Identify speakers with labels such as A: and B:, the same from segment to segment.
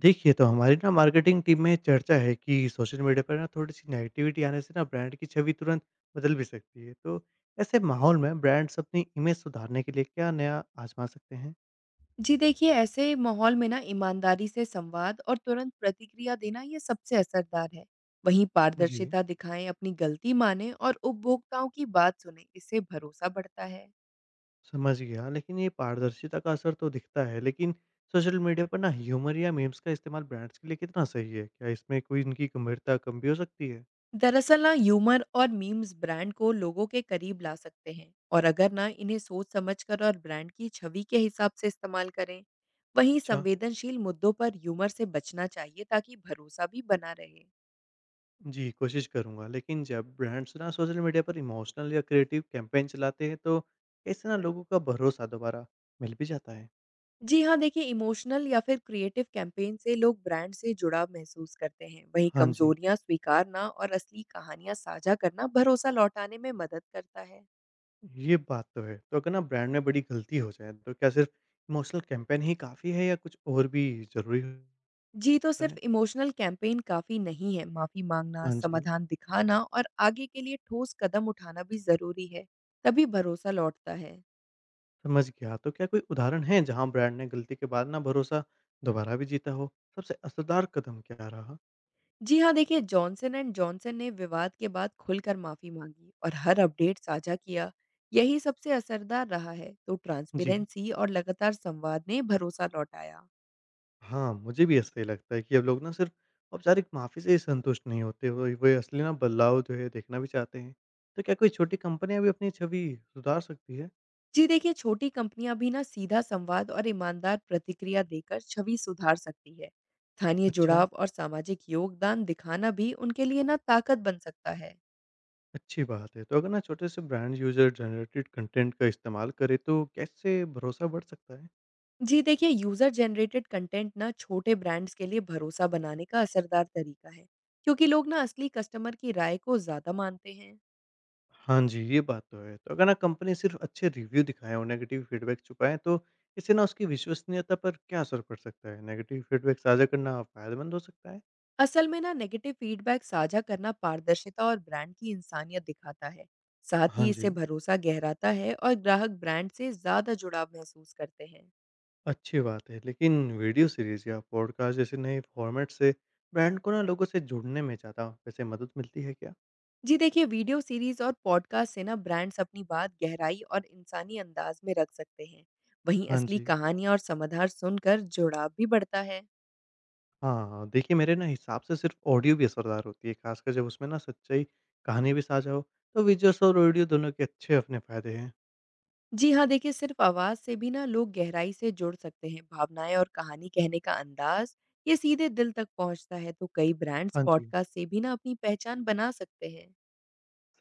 A: देखिए, तो हमारी ना मार्केटिंग टीम में चर्चा है कि सोशल मीडिया पर ना थोड़ी-सी नेगेटिविटी आने से ना ब्रांड की छवि तुरंत बदल भी सकती है। तो ऐसे माहौल में ब्रांड्स अपनी इमेज सुधारने के लिए क्या नया आज़मा सकते हैं?
B: जी देखिए, ऐसे माहौल में ना ईमानदारी से संवाद और तुरंत प्रतिक्रिया देना ये सबसे असरदार है। वहीं
A: जी।
B: पारदर्शिता दिखाएं, अपनी गलती मानें और उपभोक्ताओं की बात सुनें, इससे भरोसा बढ़ता है।
A: समझ गया, लेकिन ये पारदर्शिता का असर तो दिखता है, लेकिन सोशल मीडिया पर ना ह्यूमर या मीम्स का इस्तेमाल ब्रांड्स के लिए कितना सही है? क्या इसमें कोई इनकी गंभीरता कम भी हो सकती है?
B: दरअसल ना ह्यूमर और मीम्स ब्रांड को लोगों के करीब ला सकते हैं और अगर ना इन्हें सोच समझकर और ब्रांड की छवि के हिसाब से इस्तेमाल करें। वहीं
A: अच्छा।
B: संवेदनशील मुद्दों पर ह्यूमर से बचना चाहिए ताकि भरोसा भी बना रहे।
A: जी, कोशिश करूँगा। लेकिन जब ब्रांड्स ना सोशल मीडिया पर इमोशनल या क्रिएटिव कैंपेन चलाते हैं तो इससे ना लोगों का भरोसा दोबारा मिल भी जाता है।
B: जी हाँ, देखिए इमोशनल या फिर क्रिएटिव कैंपेन से लोग ब्रांड से जुड़ाव महसूस करते हैं। वहीं
A: हाँ जी,
B: कमजोरियाँ स्वीकारना और असली कहानियाँ साझा करना भरोसा लौटाने में मदद करता है।
A: ये बात तो है। तो अगर ना ब्रांड में बड़ी गलती हो जाए तो क्या सिर्फ इमोशनल कैंपेन ही काफ़ी है या कुछ और भी ज़रूरी होता
B: जी, तो
A: है?
B: सिर्फ इमोशनल कैंपेन काफ़ी नहीं है। माफ़ी मांगना,
A: हाँ जी,
B: समाधान दिखाना और आगे के लिए ठोस कदम उठाना भी ज़रूरी है। तभी भरोसा लौटता है।
A: समझ गया। तो क्या कोई उदाहरण है जहाँ ब्रांड ने गलती के बाद ना भरोसा दोबारा भी जीता हो? सबसे असरदार कदम क्या रहा?
B: जी हाँ, देखिए जॉनसन एंड जॉनसन ने विवाद के बाद खुलकर माफी मांगी और हर अपडेट साझा किया। यही सबसे असरदार रहा है, तो
A: जी।
B: ट्रांसपेरेंसी और लगातार संवाद ने भरोसा लौटाया।
A: हाँ, मुझे भी ऐसा ही लगता है कि अब लोग ना सिर्फ औपचारिक माफ़ी से ही संतुष्ट नहीं होते, वो वे असली ना बदलाव जो है देखना भी चाहते हैं। तो क्या कोई छोटी कंपनियाँ भी अपनी छवि सुधार सकती है?
B: जी देखिए, छोटी कंपनियां भी ना सीधा संवाद और ईमानदार प्रतिक्रिया देकर छवि सुधार सकती है। स्थानीय
A: अच्छा,
B: जुड़ाव और सामाजिक योगदान दिखाना भी उनके लिए ना ताकत बन सकता है।
A: अच्छी बात है। तो अगर ना छोटे से ब्रांड यूज़र जनरेटेड कंटेंट का इस्तेमाल करे तो कैसे भरोसा बढ़ सकता है?
B: जी देखिए, यूज़र जनरेटेड कंटेंट ना छोटे ब्रांड्स के लिए भरोसा बनाने का असरदार तरीका है, क्योंकि लोग ना असली कस्टमर की राय को ज़्यादा मानते हैं।
A: हाँ जी, ये बात तो है। तो अगर ना कंपनी सिर्फ अच्छे रिव्यू दिखाएँ और नेगेटिव फीडबैक छुपाएँ तो इससे ना उसकी विश्वसनीयता पर क्या असर पड़ सकता है? नेगेटिव फीडबैक साझा करना फ़ायदेमंद हो सकता है?
B: असल में ना नेगेटिव फीडबैक साझा करना पारदर्शिता और ब्रांड की इंसानियत दिखाता है। साथ
A: हाँ
B: ही इससे
A: जी।
B: भरोसा गहराता है और ग्राहक ब्रांड से ज़्यादा जुड़ाव महसूस करते हैं।
A: अच्छी बात है, लेकिन वीडियो सीरीज़ या पॉडकास्ट जैसे नए फॉर्मेट से ब्रांड को ना लोगों से जुड़ने में ज़्यादा वैसे मदद मिलती है क्या?
B: जी देखिए, वीडियो सीरीज और पॉडकास्ट से ना ब्रांड्स अपनी बात गहराई और इंसानी अंदाज में रख सकते हैं। वहीं
A: हाँ
B: असली
A: जी।
B: कहानियाँ और समाधान सुनकर जुड़ाव भी बढ़ता है।
A: हाँ, देखिए मेरे ना हिसाब से सिर्फ ऑडियो भी असरदार होती है, खासकर जब उसमें ना सच्चाई कहानी भी साझा हो, तो विजुअल्स और ऑडियो दोनों के अच्छे अपने फ़ायदे हैं।
B: जी हाँ, देखिए सिर्फ़ आवाज़ से भी ना लोग गहराई से जुड़ सकते हैं। भावनाएँ और कहानी कहने का अंदाज़, ये सीधे दिल तक पहुँचता है, तो कई ब्रांड्स
A: हाँ जी।
B: पॉडकास्ट से भी ना अपनी पहचान बना सकते हैं।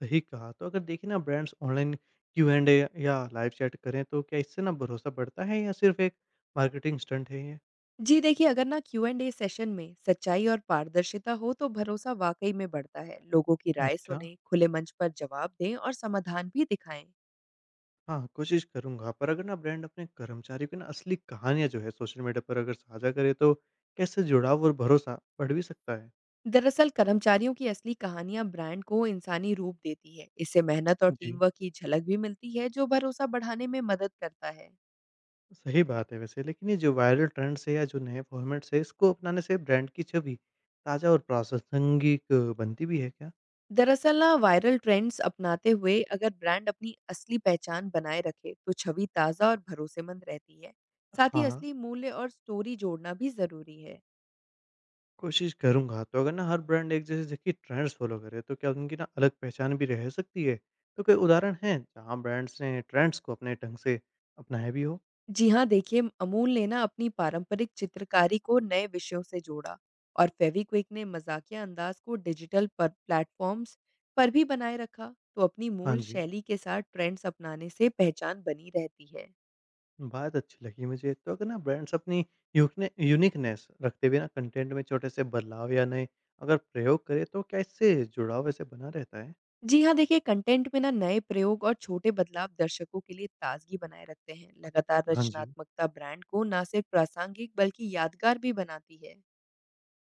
A: सही कहा, तो अगर देखें ना ब्रांड्स ऑनलाइन Q&A या लाइव चैट करें, तो क्या इससे ना भरोसा बढ़ता है या सिर्फ़ एक मार्केटिंग स्टंट है ये?
B: जी देखिए, अगर ना क्यू एंड ए सेशन में सच्चाई और पारदर्शिता हो, तो भरोसा वाक़ई में बढ़ता है। लोगों की राय
A: अच्छा।
B: सुनें, खुले मंच पर जवाब दें और समाधान भी दिखाएँ।
A: हाँ, कोशिश करूँगा। पर अगर ना ब्रांड अपने कर्मचारियों की ना असली कहानियाँ जो है सोशल मीडिया पर अगर साझा करे तो कैसे जुड़ाव और भरोसा बढ़ भी सकता है?
B: दरअसल कर्मचारियों की असली कहानियाँ ब्रांड को इंसानी रूप देती है। इससे मेहनत और टीम
A: जी।
B: वर्क की झलक भी मिलती है, जो भरोसा बढ़ाने में मदद करता है।
A: सही बात है वैसे, लेकिन ये जो वायरल ट्रेंड्स है या जो नए फ़ॉर्मेट्स है इसको अपनाने से ब्रांड की छवि ताज़ा और प्रासंगिक बनती भी है क्या?
B: दरअसल ना वायरल ट्रेंड्स अपनाते हुए अगर ब्रांड अपनी असली पहचान बनाए रखे तो छवि ताज़ा और भरोसेमंद रहती है। साथ ही
A: हाँ,
B: असली मूल्य और स्टोरी जोड़ना भी ज़रूरी है।
A: कोशिश करूँगा। तो अगर ना हर ब्रांड एक जैसे देखिए ट्रेंड्स फ़ॉलो करे तो क्या उनकी ना अलग पहचान भी रह सकती है? तो कोई उदाहरण हैं जहाँ ब्रांड्स ने ट्रेंड्स को अपने ढंग से अपनाया भी हो?
B: जी हाँ देखिए अमूल ने ना अपनी पारंपरिक चित्रकारी को नए विषयों से जोड़ा और फेविक्विक ने मजाकिया अंदाज को डिजिटल पर प्लेटफॉर्म्स पर भी बनाए रखा। तो अपनी
A: हाँ
B: मूल
A: जी।
B: शैली के साथ ट्रेंड्स अपनाने से पहचान बनी रहती है।
A: बात अच्छी लगी मुझे। तो अगर ना ब्रांड्स अपनी यूकने यूनिकनेस रखते हुए ना कंटेंट में छोटे से बदलाव या नए अगर प्रयोग करें तो क्या इससे जुड़ाव वैसे बना रहता है?
B: जी हाँ, देखिए कंटेंट में ना नए प्रयोग और छोटे बदलाव दर्शकों के लिए ताज़गी बनाए रखते हैं। लगातार
A: हाँ जी।
B: रचनात्मकता ब्रांड को ना सिर्फ प्रासंगिक बल्कि यादगार भी बनाती है।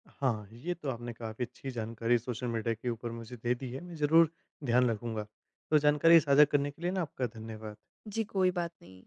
A: हाँ, ये तो आपने काफ़ी अच्छी जानकारी सोशल मीडिया के ऊपर मुझे दे दी है। मैं ज़रूर ध्यान रखूँगा। तो जानकारी साझा करने के लिए ना आपका धन्यवाद।
B: जी, कोई बात नहीं।